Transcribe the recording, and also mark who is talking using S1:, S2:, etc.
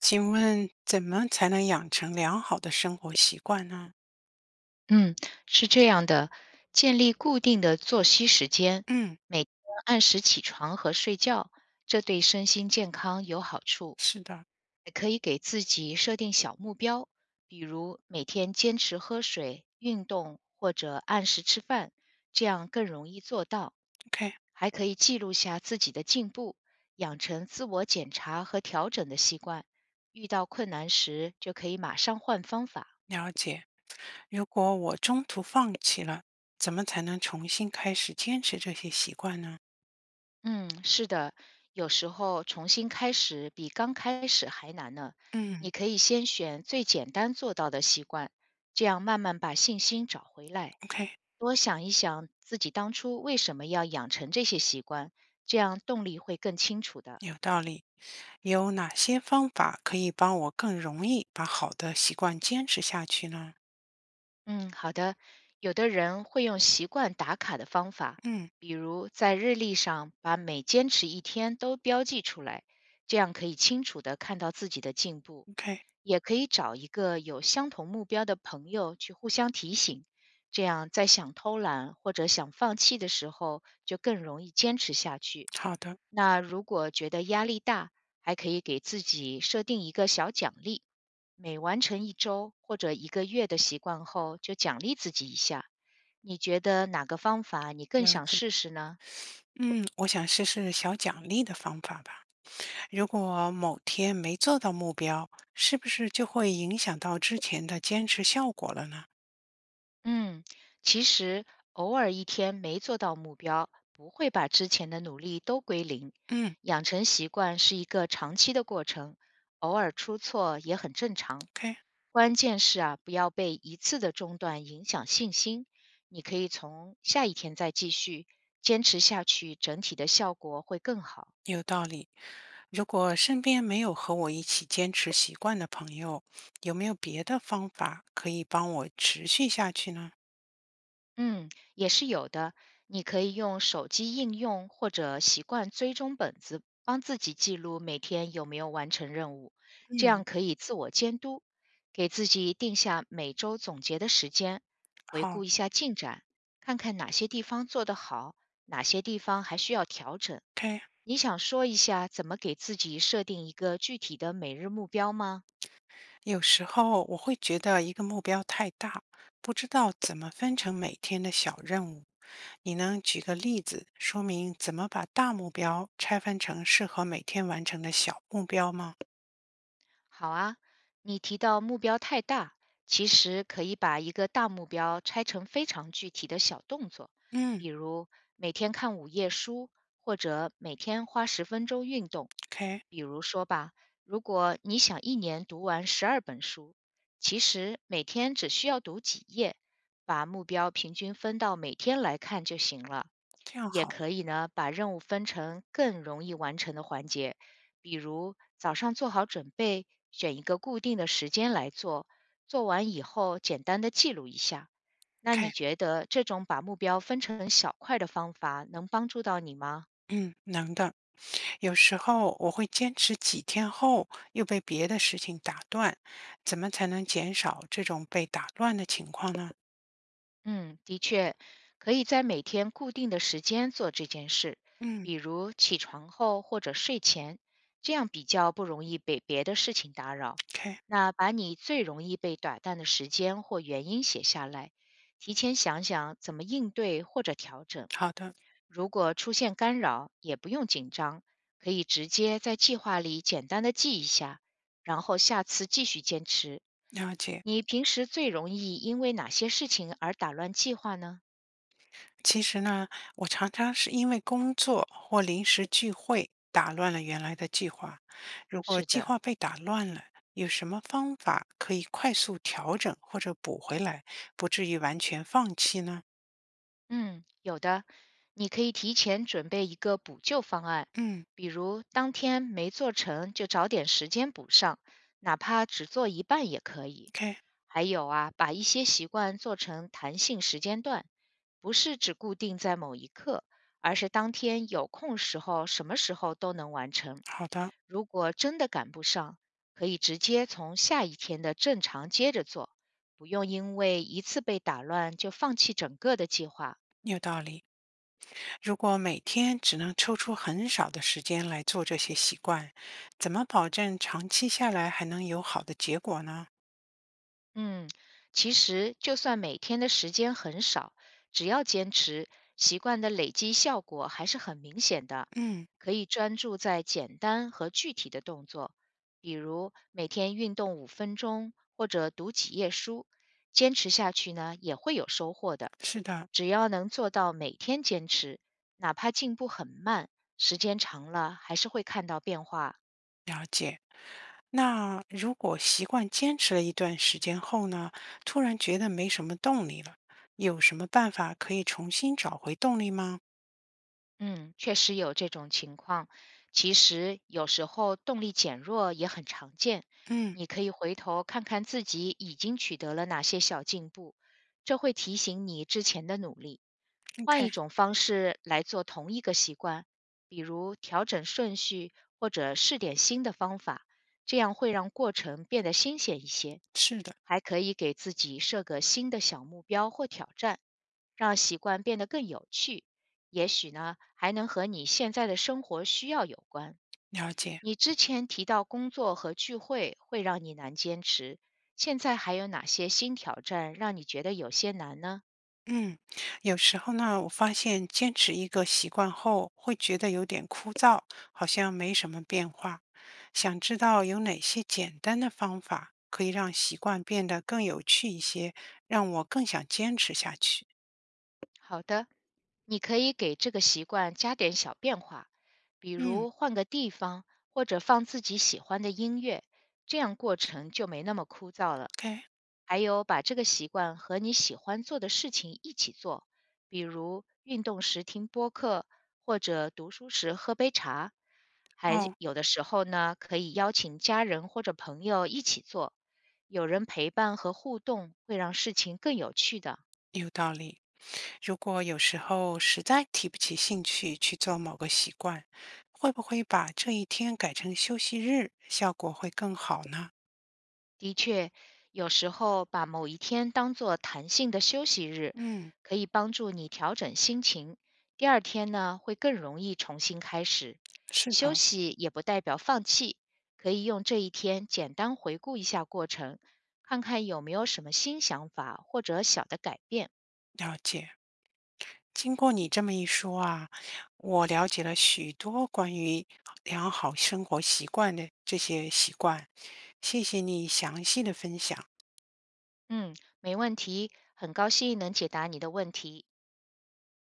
S1: 请问怎么才能养成良好的生活习惯呢？
S2: 嗯，是这样的，建立固定的作息时间，
S1: 嗯，
S2: 每天按时起床和睡觉，这对身心健康有好处。
S1: 是的
S2: 也可以给自己设定小目标，比如每天坚持喝水、运动或者按时吃饭，这样更容易做到。
S1: ，OK，
S2: 还可以记录下自己的进步，养成自我检查和调整的习惯。遇到困难时，就可以马上换方法。
S1: 了解。如果我中途放弃了，怎么才能重新开始坚持这些习惯呢？
S2: 嗯，是的，有时候重新开始比刚开始还难呢。你
S1: 嗯
S2: 可以先选最简单做到的习惯，这样慢慢把信心找回来。
S1: ，OK，
S2: 多想一想自己当初为什么要养成这些习惯，这样动力会更清楚的。
S1: 有道理。有哪些方法可以帮我更容易把好的习惯坚持下去呢？
S2: 嗯，好的。有的人会用习惯打卡的方法，
S1: 嗯
S2: 比如在日历上把每坚持一天都标记出来，这样可以清楚的看到自己的进步。
S1: ，OK，
S2: 也可以找一个有相同目标的朋友去互相提醒，这样在想偷懒或者想放弃的时候，就更容易坚持下去。
S1: 好的，
S2: 那如果觉得压力大，还可以给自己设定一个小奖励，每完成一周或者一个月的习惯后，就奖励自己一下。你觉得哪个方法你更
S1: 了
S2: 想
S1: 解。
S2: 试试呢？
S1: 嗯，我想试试小奖励的方法吧。如果某天没做到目标，是不是就会影响到之前的坚持效果了呢？
S2: 嗯，其实偶尔一天没做到目标，不会把之前的努力都归零。
S1: 嗯
S2: 养成习惯是一个长期的过程，偶尔出错也很正常。
S1: ，OK，
S2: 关键是啊，不要被一次的中断影响信心。你可以从下一天再继续，坚持下去，整体的效果会更好。
S1: 有道理。如果身边没有和我一起坚持习惯的朋友，有没有别的方法可以帮我持续下去呢？
S2: 嗯，也是有的。你可以用手机应用或者习惯追踪本子，帮自己记录每天有没有完成任务，这
S1: 嗯，
S2: 样可以自我监督，给自己定下每周总结的时间，回顾
S1: 好
S2: 一下进展，看看哪些地方做得好，哪些地方还需要调整。
S1: ，OK。
S2: 你想说一下怎么给自己设定一个具体的每日目标吗？
S1: 有时候我会觉得一个目标太大，不知道怎么分成每天的小任务。你能举个例子说明怎么把大目标拆分成适合每天完成的小目标吗？
S2: 好啊，你提到目标太大，其实可以把一个大目标拆成非常具体的小动作，
S1: 嗯
S2: 比如每天看5页书，或者每天花10分钟运动。
S1: ，OK，
S2: 比如说吧，如果你想1年读完12本书，其实每天只需要读几页，把目标平均分到每天来看就行了。
S1: 这样
S2: 也
S1: 好
S2: 可以呢，把任务分成更容易完成的环节，比如早上做好准备，选一个固定的时间来做，做完以后简单的记录一下。那
S1: ，OK，
S2: 你觉得这种把目标分成小块的方法能帮助到你吗？
S1: 嗯，能的。有时候我会坚持几天后又被别的事情打断，怎么才能减少这种被打乱的情况呢？
S2: 嗯，的确，可以在每天固定的时间做这件事，
S1: 嗯
S2: 比如起床后或者睡前，这样比较不容易被别的事情打扰。
S1: ，OK，
S2: 那把你最容易被打断的时间或原因写下来，提前想想怎么应对或者调整。
S1: 好的，
S2: 如果出现干扰，也不用紧张，可以直接在计划里简单的记一下，然后下次继续坚持。
S1: 了解。
S2: 你平时最容易因为哪些事情而打乱计划呢？
S1: 其实呢，我常常是因为工作或临时聚会打乱了原来的计划。如果
S2: 是
S1: 计
S2: 的，
S1: 划被打乱了，有什么方法可以快速调整或者补回来，不至于完全放弃呢？
S2: 嗯，有的，你可以提前准备一个补救方案，
S1: 嗯
S2: 比如当天没做成就找点时间补上，哪怕只做一半也可以。
S1: ，OK，
S2: 还有啊，把一些习惯做成弹性时间段，不是只固定在某一刻，而是当天有空时候，什么时候都能完成。
S1: 好的，
S2: 如果真的赶不上，可以直接从下一天的正常接着做，不用因为一次被打乱就放弃整个的计划。
S1: 有道理。如果每天只能抽出很少的时间来做这些习惯，怎么保证长期下来还能有好的结果呢？
S2: 嗯，其实就算每天的时间很少，只要坚持，习惯的累积效果还是很明显的。
S1: 嗯，
S2: 可以专注在简单和具体的动作，比如每天运动5分钟或者读几页书，坚持下去呢也会有收获的。
S1: 是的。
S2: 只要能做到每天坚持，哪怕进步很慢，时间长了还是会看到变化。
S1: 了解。那如果习惯坚持了一段时间后呢，突然觉得没什么动力了，有什么办法可以重新找回动力吗？
S2: 嗯，确实有这种情况。其实有时候动力减弱也很常见，
S1: 嗯
S2: 你可以回头看看自己已经取得了哪些小进步，这会提醒你之前的努力。换
S1: ，OK，
S2: 一种方式来做同一个习惯，比如调整顺序或者试点新的方法，这样会让过程变得新鲜一些。
S1: 是的，
S2: 还可以给自己设个新的小目标或挑战，让习惯变得更有趣。也许呢，还能和你现在的生活需要有关。
S1: 了解。
S2: 你之前提到工作和聚会会让你难坚持，现在还有哪些新挑战让你觉得有些难呢？
S1: 嗯，有时候呢，我发现坚持一个习惯后，会觉得有点枯燥，好像没什么变化。想知道有哪些简单的方法可以让习惯变得更有趣一些，让我更想坚持下去。
S2: 好的，你可以给这个习惯加点小变化，比
S1: 嗯
S2: 如换个地方，或者放自己喜欢的音乐，这样过程就没那么枯燥了。
S1: ，OK，
S2: 还有，把这个习惯和你喜欢做的事情一起做，比如运动时听播客，或者读书时喝杯茶。还
S1: 哦。
S2: 有的时候呢，可以邀请家人或者朋友一起做，有人陪伴和互动，会让事情更有趣的。
S1: 有道理。如果有时候实在提不起兴趣去做某个习惯，会不会把这一天改成休息日，效果会更好呢？
S2: 的确，有时候把某一天当做弹性的休息日，
S1: 嗯，
S2: 可以帮助你调整心情。第二天呢，会更容易重新开始。
S1: 是
S2: 休
S1: 的，
S2: 息也不代表放弃，可以用这一天简单回顾一下过程，看看有没有什么新想法或者小的改变。
S1: 了解。经过你这么一说啊，我了解了许多关于良好生活习惯的这些习惯。谢谢你详细的分享。
S2: 嗯，没问题，很高兴能解答你的问题。